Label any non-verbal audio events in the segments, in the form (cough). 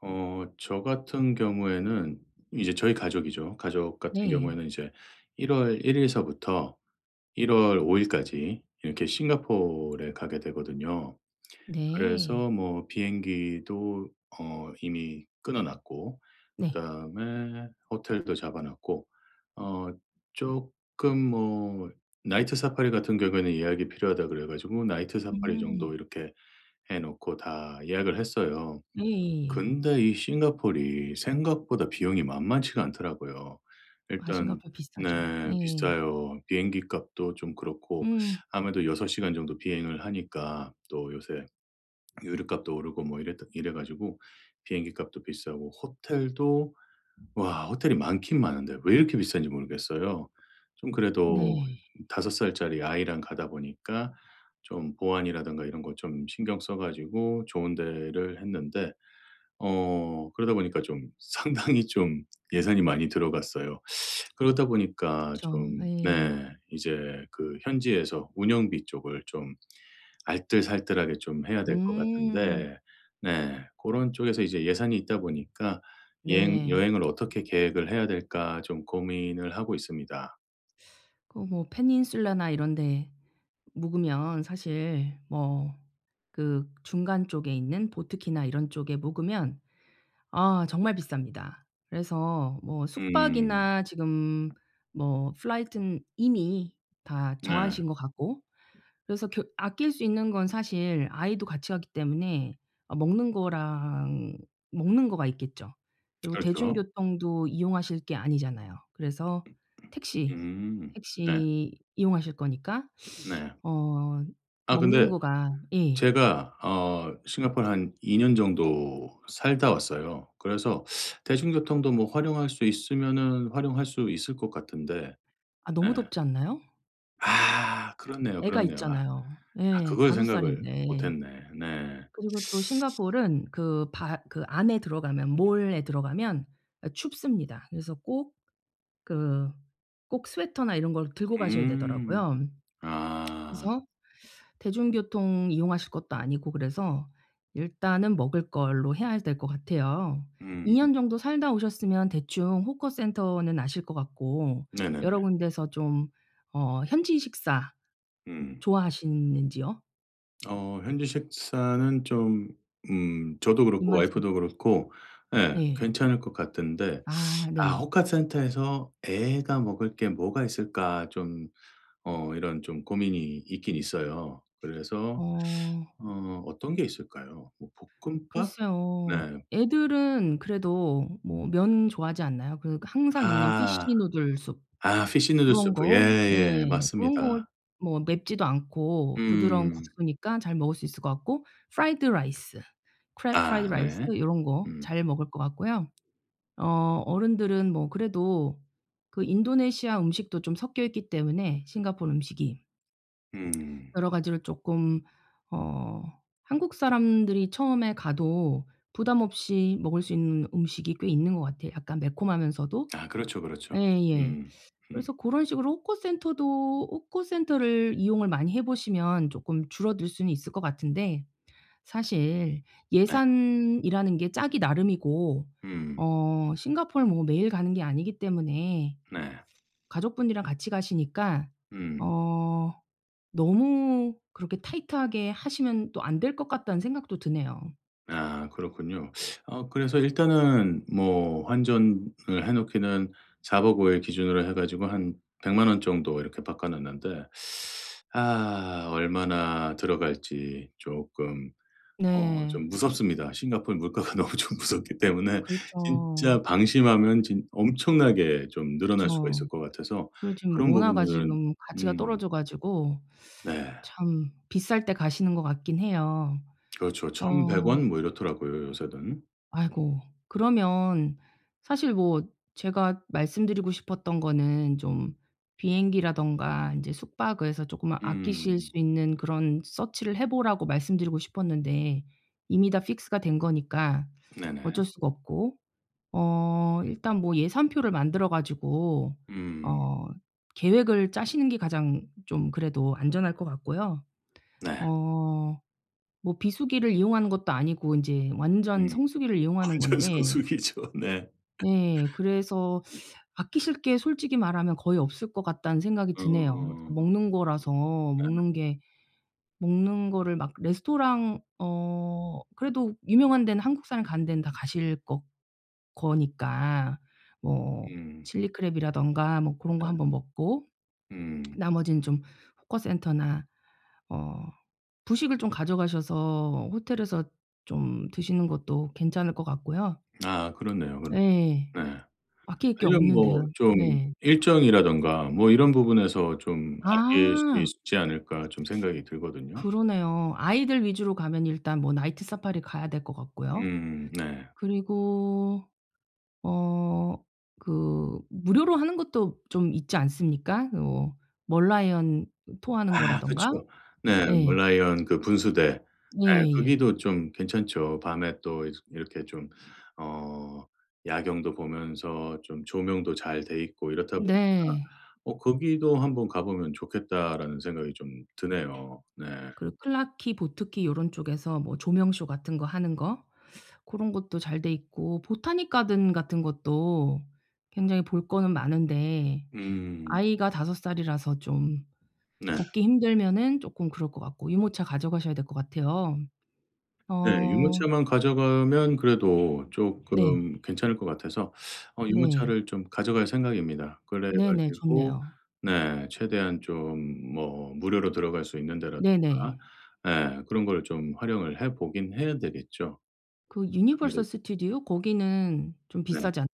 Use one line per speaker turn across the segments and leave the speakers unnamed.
저 같은 경우에는 이제 저희 가족이죠. 가족 같은
네.
경우에는 이제 1월 1 일서부터 1월 5 일까지 이렇게 싱가포르에 가게 되거든요.
네.
그래서 뭐 비행기도 이미 끊어 놨고,
네.
그다음에 호텔도 잡아 놨고, 어 조금 뭐 나이트 사파리 같은 경우에는 예약이 필요하다 그래 가지고 나이트 사파리 정도
음.
이렇게 해 놓고 다 예약을 했어요.
예예예.
근데 이 싱가폴이 생각보다 비용이 만만치가 않더라고요.
아신가
일단
페 비싸죠.
네,
예.
비싸요. 비행기 값도 좀 그렇고,
음.
아무래도 6 시간 정도 비행을 하니까 또 요새 유류값도 오르고 뭐 이랬 이래 가지고 비행기 값도 비싸고, 호텔도, 와 호텔이 많긴 많은데 왜 이렇게 비싼지 모르겠어요. 좀 그래도
네.
5 살짜리 아이랑 가다 보니까, 좀 보안이라든가 이런 거 좀 신경 써 가지고 좋은 데를 했는데, 그러다 보니까 좀 상당히 좀 예산이 많이 들어갔어요. 그러다 보니까
그쵸.
좀,
예.
네 이제 그 현지에서 운영비 쪽을 좀 알뜰살뜰하게 좀 해야 될 것
음.
같은데, 네 그런 쪽에서 이제 예산이 있다 보니까 여행
네.
여행을 어떻게 계획을 해야 될까 좀 고민을 하고 있습니다.
그 뭐 페닌슐라나 이런 데 묵으면 사실 뭐 그 중간 쪽에 있는 보트키나 이런 쪽에 묵으면 아 정말 비쌉니다. 그래서 뭐
음.
숙박이나 지금 뭐 플라이트는 이미 다
네.
정하신 것 같고, 그래서 겨 아낄 수 있는 건 사실 아이도 같이 가기 때문에 어 먹는 거가 있겠죠. 그리고
그렇죠.
대중교통도 이용하실 게 아니잖아요. 그래서 택시,
음. 네.
택시 이용하실 거니까
네.
어
아
먹는
근데
거가. 예.
제가 싱가포르 한 2년 정도 살다 왔어요. 그래서 대중교통도 뭐 활용할 수 있으면은 활용할 수 있을 것 같은데.
아
예.
너무 덥지 않나요?
아 그렇네요,
애가
그렇네요. 아,
있잖아요.
아
예.
그걸
섯
생각을 못
살인데.
했네. 네.
그리고 또 싱가포르는 그 바 그 안에 들어가면 몰에 들어가면 아 춥습니다. 그래서 꼭 그 꼭 스웨터나 이런 걸 들고 가셔야
음.
되더라고요.
아.
그래서 대중교통 이용하실 것도 아니고 그래서 일단은 먹을 걸로 해야 될 것 같아요. 2
음.
년 정도 살다 오셨으면 대충 호커센터는 아실 것 같고,
네네네.
여러 군데서 좀 어 현지 식사
음.
좋아하시는지요?
어 현지 식사는 좀, 저도 그렇고
입맛에.
와이프도 그렇고 예
네.
괜찮을 것 같은데,
아
아
네.
호카센터에서 애가 먹을 게 뭐가 있을까 좀 이런 좀 고민이 있긴 있어요. 그래서
어
어 어떤 게 있을까요? 뭐 볶음밥?
글쎄요.
네.
애들은 그래도 뭐 면 좋아하지 않나요? 그 항상 있는
아.
피쉬 누들 숲.
아 피시
그
누들
런
수프.
거 예.
예예.
그런 걸
맞습니다.
뭐 맵지도 않고 부드러운
음.
국수니까 잘 먹을 수 있을 것 같고, 프라이드 라이스, 크랩 프라이드
아
라이스
네.
요런 거
음.
잘 먹을 것 같고요. 어 어른들은 뭐 그래도 그 인도네시아 음식도 좀 섞여 있기 때문에 싱가포르 음식이
음.
여러 가지를 쪼끔 어 한국 사람들이 처음에 가도 부담 없이 먹을 수 있는 음식이 꽤 있는 것 같아요. 약간 매콤하면서도.
아 그렇죠, 그렇죠.
예예.
음. 음.
그래서 그런 식으로 호커센터도 호커센터를 이용을 많이 해 보시면 쪼끔 줄어들 수는 있을 것 같은데, 사실
네.
예산이라는 게 짝이 나름이고
음.
어 싱가포르 뭐 매일 가는 게 아니기 때문에
네.
가족분들이랑 같이 가시니까
음.
어 너무 그렇게 타이트하게 하시면 또 안 될 것 같다는 생각도 드네요.
아 그렇군요. 그래서 일단은 뭐 환전을 해 놓기는 4 박 5 일 기준으로 해 가지고 한 1 0 0원 정도 이렇게 바꿔 놨는데, 아 얼마나 들어갈지 조금
네.
좀 무섭습니다. 싱가포르 물가가 (laughs) 너무 좀 무섭기 때문에
그렇죠.
진짜 방심하면 진 엄청나게 좀 늘어날 수가
그쵸.
있을 것 같아서
그리고 지금
그런
원화가
부분들은,
지금 가치가
음
떨어져 가지고
네.
참 비쌀 때 가시는 것 같긴 해요.
그렇죠. 1,100
어
원 뭐 이렇더라고요 요새는.
아이고. 그러면 사실 뭐 제가 말씀드리고 싶었던 거는 좀 비행기라든가 인제 숙박에서 쪼끔 아끼실
음
수 있는 그런 서치를 해 보라고 말씀드리고 싶었는데, 이미 다 픽스가 된 거니까
네네.
어쩔 수가 없고 어 일단 뭐 예산표를 만들어 가지고
음.
어 계획을 짜시는 게 가장 좀 그래도 안전할 것 같고요.
네.
어 뭐 비수기를 이용하는 것도 아니고 이제 완전
음.
성수기를 이용하는
완전
건데
성숙이죠. (laughs) 네.
네 그래서 아끼실 게 솔직히 말하면 거의 없을 것 같다는 생각이 드네요.
어.
먹는 거라서 먹는 게 먹는 거를 막 레스토랑 어 그래도 유명한 데는 한국 사람 가는 데는 다 가실 거 거니까 뭐
음.
칠리 크랩이라든가 뭐 고런 거
네.
한번 먹고
음.
나머지는 좀 호커 센터나 어 부식을 좀 가져가셔서 호텔에서 좀 드시는 것도 괜찮을 것 같고요.
아 그렇네요. 그럼,
예.
네.
아낄 게
아니면 뭐
없는데요.
좀
네.
일정이라든가 뭐 이런 부분에서 좀 아낄 수
아
있지 않을까 좀 생각이 들거든요.
그러네요. 아이들 위주로 가면 일단 뭐 나이트 사파리 가야 될 것 같고요.
네.
그리고 어 그 무료로 하는 것도 좀 있지 않습니까? 뭐 멀라이언 토하는
아
거라든가.
그쵸. 네. 뭐
예.
라이언 그 분수대. 예.
예예예.
거기도 좀 괜찮죠. 밤에 또 이렇게 좀 어 야경도 보면서 좀 조명도 잘 돼 있고 이렇다 보니까
네.
'어 거기도 한번 가 보면 좋겠다.'라는 생각이 좀 드네요. 네.
그리고 클라키, 보트키 요런 쪽에서 뭐 조명쇼 같은 거 하는 거 고런 것도 잘 돼 있고 보타닉 가든 같은 것도 굉장히 볼 거는 많은데
음.
아이가 5 살이라서 좀
네.
걷기 힘들면은 쪼끔 그럴 것 같고 유모차 가져가셔야 될 것 같아요.
네.
어
유모차만 가져가면 그래도
네.
조금 괜찮을 것 같아서
네.
유모차를 좀 가져갈 생각입니다. 그래
네네.
가지고,
좋네요.
네. 최대한 좀 뭐 무료로 들어갈 수 있는 데라든가
네네.
네 그런 거를 좀 활용을 해 보긴 해야 되겠죠.
그 유니버설
아무래도,
스튜디오 거기는 좀
네.
비싸지 않,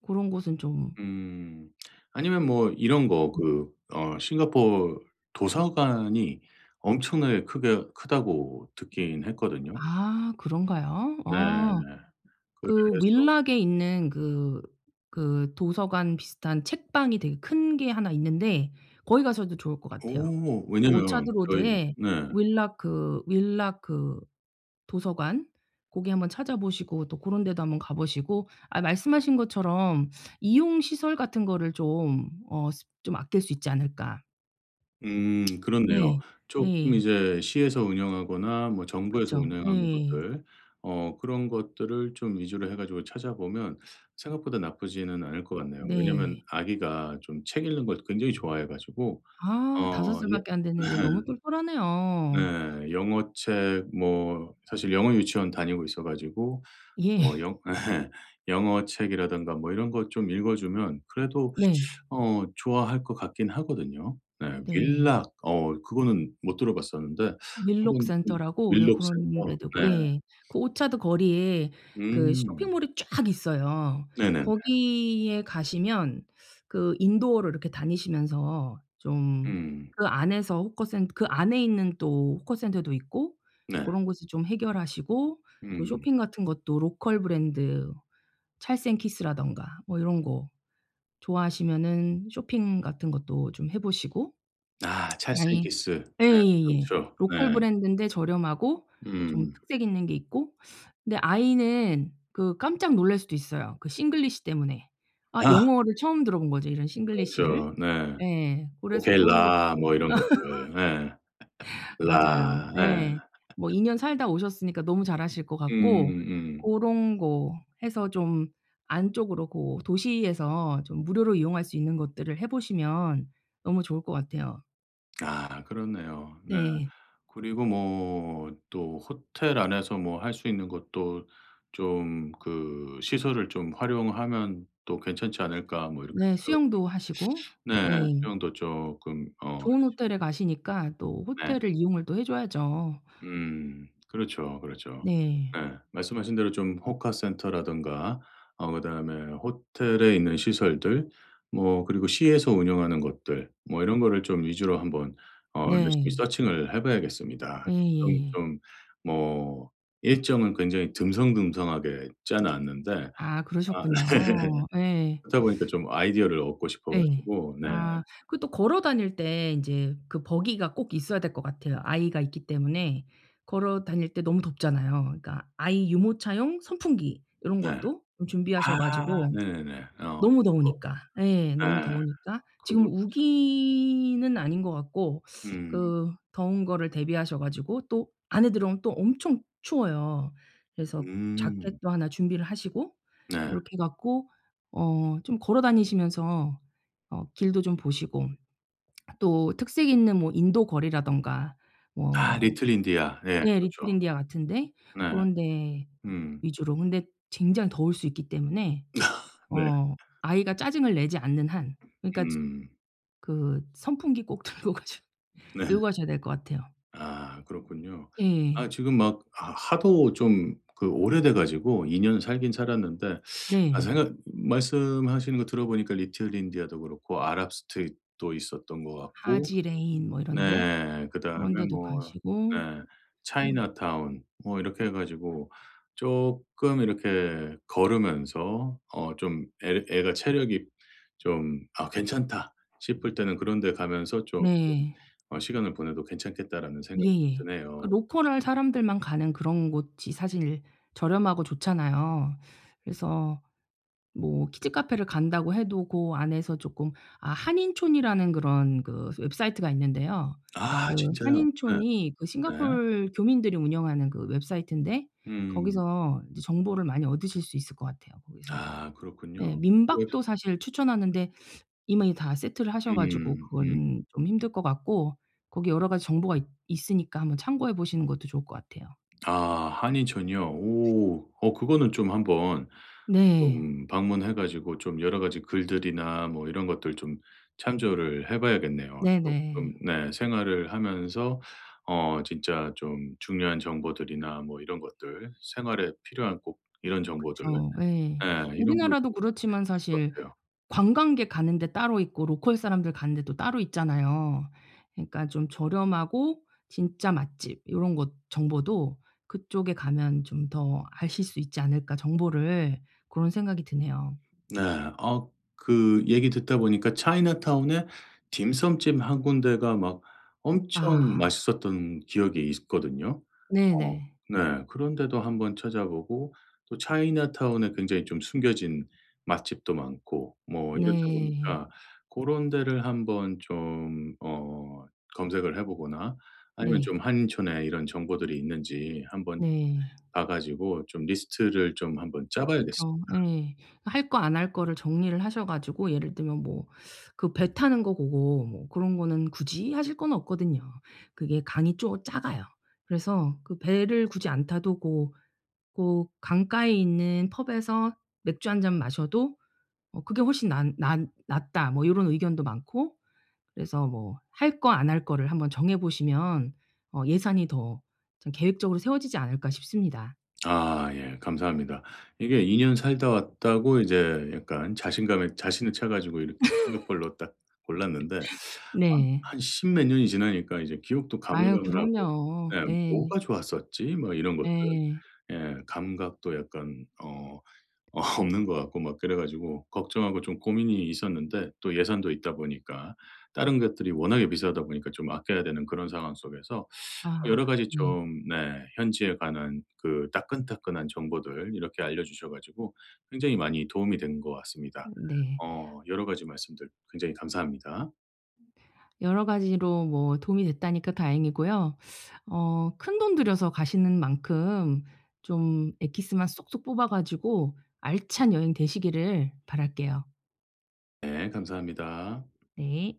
고런 곳은 좀.
음. 아니면 뭐 이런 거 그 어 싱가포르 도서관이 엄청나게 크게 크다고 듣긴 했거든요.
아 그런가요? 아
네.
그
그래서,
윌락에 있는 그 그 도서관 비슷한 책방이 되게 큰 게 하나 있는데 거기 가셔도 좋을 것 같아요.
오
그
왜냐면
오차드
저희,
로드에
네.
윌락 그 도서관 고기 한번 찾아보시고 또 고런 데도 한번 가 보시고 아 말씀하신 것처럼 이용 시설 같은 거를 좀 어 스 좀 아낄 수 있지 않을까.
그렇네요.
예.
조금
예.
이제 시에서 운영하거나 뭐 정부에서
그쵸.
운영하는
예.
것들, 그런 것들을 좀 위주로 해 가지고 찾아보면 생각보다 나쁘지는 않을 것 같네요. 왜냐면
네.
아기가 좀 책 읽는 걸 굉장히 좋아해 가지고.
아 다섯
어
살밖에
예,
안 됐는데 너무 똘똘하네요.
네 영어책 뭐 사실 영어 유치원 다니고 있어 가지고
예.
뭐 영 (laughs) 영어책이라든가 뭐 이런 것 좀 읽어 주면 그래도
네.
좋아할 것 같긴 하거든요. 네. 음.
네.
윌락 어 그거는 못 들어봤었는데 한번 좀,
밀록센터라고 예
윌록
그런
센터.
데 되고 예. 그 오차드 거리에
네.
그
음.
쇼핑몰이 쫙 있어요.
네네네.
거기에 가시면 그 인도어로 이렇게 다니시면서 좀
음.
그 안에서 호커센 그 안에 있는 또 호커센터도 있고
네.
고런 곳을 좀 해결하시고 또
음.
쇼핑 같은 것도 로컬 브랜드 찰생 키스라든가 뭐 이런 거 좋아하시면은 쇼핑 같은 것도 좀 해 보시고.
아 찰스 앤
아예
키스. 네.
예예예.
좋죠. 네.
로컬 브랜드인데 저렴하고 좀
음.
특색 있는 게 있고 근데 아이는 그 깜짝 놀랄 수도 있어요, 그 싱글리시 때문에. 아
아
영어를 처음 들어본 거죠, 이런 싱글리시를.
그렇죠. 네.
예. 그래서
오케이
고런 것도.
라 뭐 이런 것들. 예.
맞아요.
라, 예.
네. 뭐 2년 살다 오셨으니까 너무 잘하실 것 같고
음음.
고런 거 해서 좀 안쪽으로 고 도시에서 좀 무료로 이용할 수 있는 것들을 해 보시면 너무 좋을 것 같아요.
아 그렇네요. 네.
네.
그리고 뭐 또 호텔 안에서 뭐 할 수 있는 것도 좀 그 '시설을 좀 활용하면 또 괜찮지 않을까.' 뭐 이렇게
네.
생각.
수영도 하시고.
네.
네.
수영도 쪼끔 어,
좋은 호텔에 가시니까 또
네.
호텔을 이용을 또 해 줘야죠.
음. 그렇죠, 그렇죠.
네.
네, 말씀하신 대로 좀 호카센터라든가 그다음에 호텔에 있는 시설들, 뭐 그리고 시에서 운영하는 것들 뭐 이런 거를 좀 위주로 한번 열심히
네.
서칭을 해 봐야겠습니다. 지금
예예예.
좀 뭐 일정은 굉장히 듬성듬성하게 짜 놨는데
아
아 (laughs)
그러셨군요. 예.
그렇다 보니까 좀 아이디어를 얻고 싶어
예.
가지고. 네.
아 그 또 걸어 다닐 때 인제 그 버기가 꼭 있어야 될 것 같아요. 아이가 있기 때문에 걸어 다닐 때 너무 덥잖아요. 그러니까 아이 유모차용 선풍기 요런
네.
것도 좀 준비하셔
아
가지고
네네네.
너무
그것도,
더우니까. 예.
예.
너무 더우니까. 지금
그것도 참,
우기는 아닌 것 같고
음.
그 더운 거를 대비하셔 가지고 또 안에 들어오면 또 엄청 추워요. 그래서
음.
자켓도 하나 준비를 하시고
네.
요렇게 해 갖고 어 좀 걸어 다니시면서 어 길도 좀 보시고 또 특색 있는 뭐 인도 거리라든가
아
뭐,
리틀 인디아. 네.
예 리틀
그렇죠.
인디아 같은데
네.
고런 데
음.
위주로. 근데 굉장히 더울 수 있기 때문에
네.
어 아이가 짜증을 내지 않는 한. 그러니까 즈
음.
그 선풍기 꼭 (laughs)
네.
들고 가셔야 될 것 같아요.
아 그렇군요. 아
예.
지금 막 아 하도 좀 그 오래돼 가지고 2년 살긴 살았는데, 아
네.
생각 말씀하시는 거 들어보니까 리틀 인디아도 그렇고 아랍 스트릿도 있었던 것 같고.
하지레인 뭐 이런 데,
네.
그런
그다음에
데도
뭐,
가시고.
네.
음
차이나타운 뭐 이렇게 해 가지고 쪼끔 이렇게 걸으면서 좀 애 애가 체력이 좀 '아 괜찮다.' 싶을 때는 그런 데 가면서 쪼끔
네.
'시간을 보내도 괜찮겠다.'라는 생각이
예예. 그
드네요.
로컬 사람들만 가는 그런 곳이 사실 저렴하고 좋잖아요. 그래서 뭐 키즈 카페를 간다고 해도 그 안에서 조금, 아 한인촌이라는 그런 그 웹사이트가 있는데요.
아
그
진짜요? 네.
한인촌이 그
네.
싱가포르 교민들이 운영하는 그 웹사이트인데
음.
거기서 이제 정보를 많이 얻으실 수 있을 것 같아요. 거기서 뭐
아 그렇군요.
예
웹,
민박도 사실 추천하는데 이미 다 세트를 하셔 가지고
음.
그건 좀 힘들 것 같고, 거기 여러 가지 정보가 있 있으니까 한번 참고해 보시는 것도 좋을 것 같아요.
아 한인촌이요? 오. 그거는 좀 한번
네.
좀 방문해 가지고 좀 여러 가지 글들이나 뭐 이런 것들 좀 참조를 해 봐야겠네요.
네네.
조금 네 생활을 하면서 진짜 좀 중요한 정보들이나 뭐 이런 것들 생활에 필요한 꼭 이런 정보들,
그쵸. 예.
예 이런 걸
우리나라도
좀 볼 수
그렇지만
있을 것
사실
같아요.
관광객 가는 데 따로 있고 로컬 사람들 가는 데도 따로 있잖아요. 그러니까 좀 저렴하고 진짜 맛집 요런 것 정보도 그쪽에 가면 좀 더 아실 수 있지 않을까, 정보를. 그런 생각이 드네요.
네. 아 그 얘기 듣다 보니까 차이나타운에 딤섬집 한 군데가 막 엄청
아.
맛있었던 기억이 있거든요. 어
네네.
네. 그런 데도 한번 찾아보고 또 차이나타운에 굉장히 좀 숨겨진 맛집도 많고 뭐 이렇다
네.
보니까 그런 데를 한번 좀 검색을 해 보거나 아니면 좀
네.
한인촌에 이런 정보들이 있는지 한번
네.
봐 가지고 좀 리스트를 좀 한번 짜 봐야겠습 니
그쵸.
다
예. 할 거 안 할 거를 정리를 하셔 가지고, 예를 들면 뭐 그 배 타는 거 보고 뭐 그런 거는 굳이 하실 건 없거든요. 그게 강이 좀 작아요. 그래서 그 배를 굳이 안 타도 고 고 강가에 있는 펍에서 맥주 한 잔 마셔도 어 "그게 훨씬 난 낫다." 뭐 요런 의견도 많고, 그래서 뭐 할 거 안 할 거를 한번 정해 보시면 어 예산이 더 좀 계획적으로 세워지지 않을까 싶습니다.
아 예. 감사합니다. 이게 2년 살다 왔다고 이제 약간 자신감에 자신을 차 가지고 이렇게 싱가포르로 딱 골랐는데, 한
네.
한 십 몇 년이 지나니까 이제 기억도
아유
가물가물하고,
그럼요.
예
예.
'뭐가 좋았었지?' 뭐 이런 것들.
예.
예. 감각도 약간 어 어 (laughs) 없는 것 같고 막 그래 가지고 걱정하고 좀 고민이 있었는데, 또 예산도 있다 보니까 다른 것들이 워낙에 비싸다 보니까 좀 아껴야 되는 그런 상황 속에서 여러
아
가지
네.
좀, 네 현지에 관한 그 따끈따끈한 정보들 이렇게 알려주셔 가지고 굉장히 많이 도움이 된 것 같습니다.
네.
여러 가지 말씀들 굉장히 감사합니다.
여러 가지로 뭐 도움이 됐다니까 다행이고요. 어 큰돈 들여서 가시는 만큼 좀 엑기스만 쏙쏙 뽑아 가지고 알찬 여행 되시기를 바랄게요.
네 감사합니다.
네.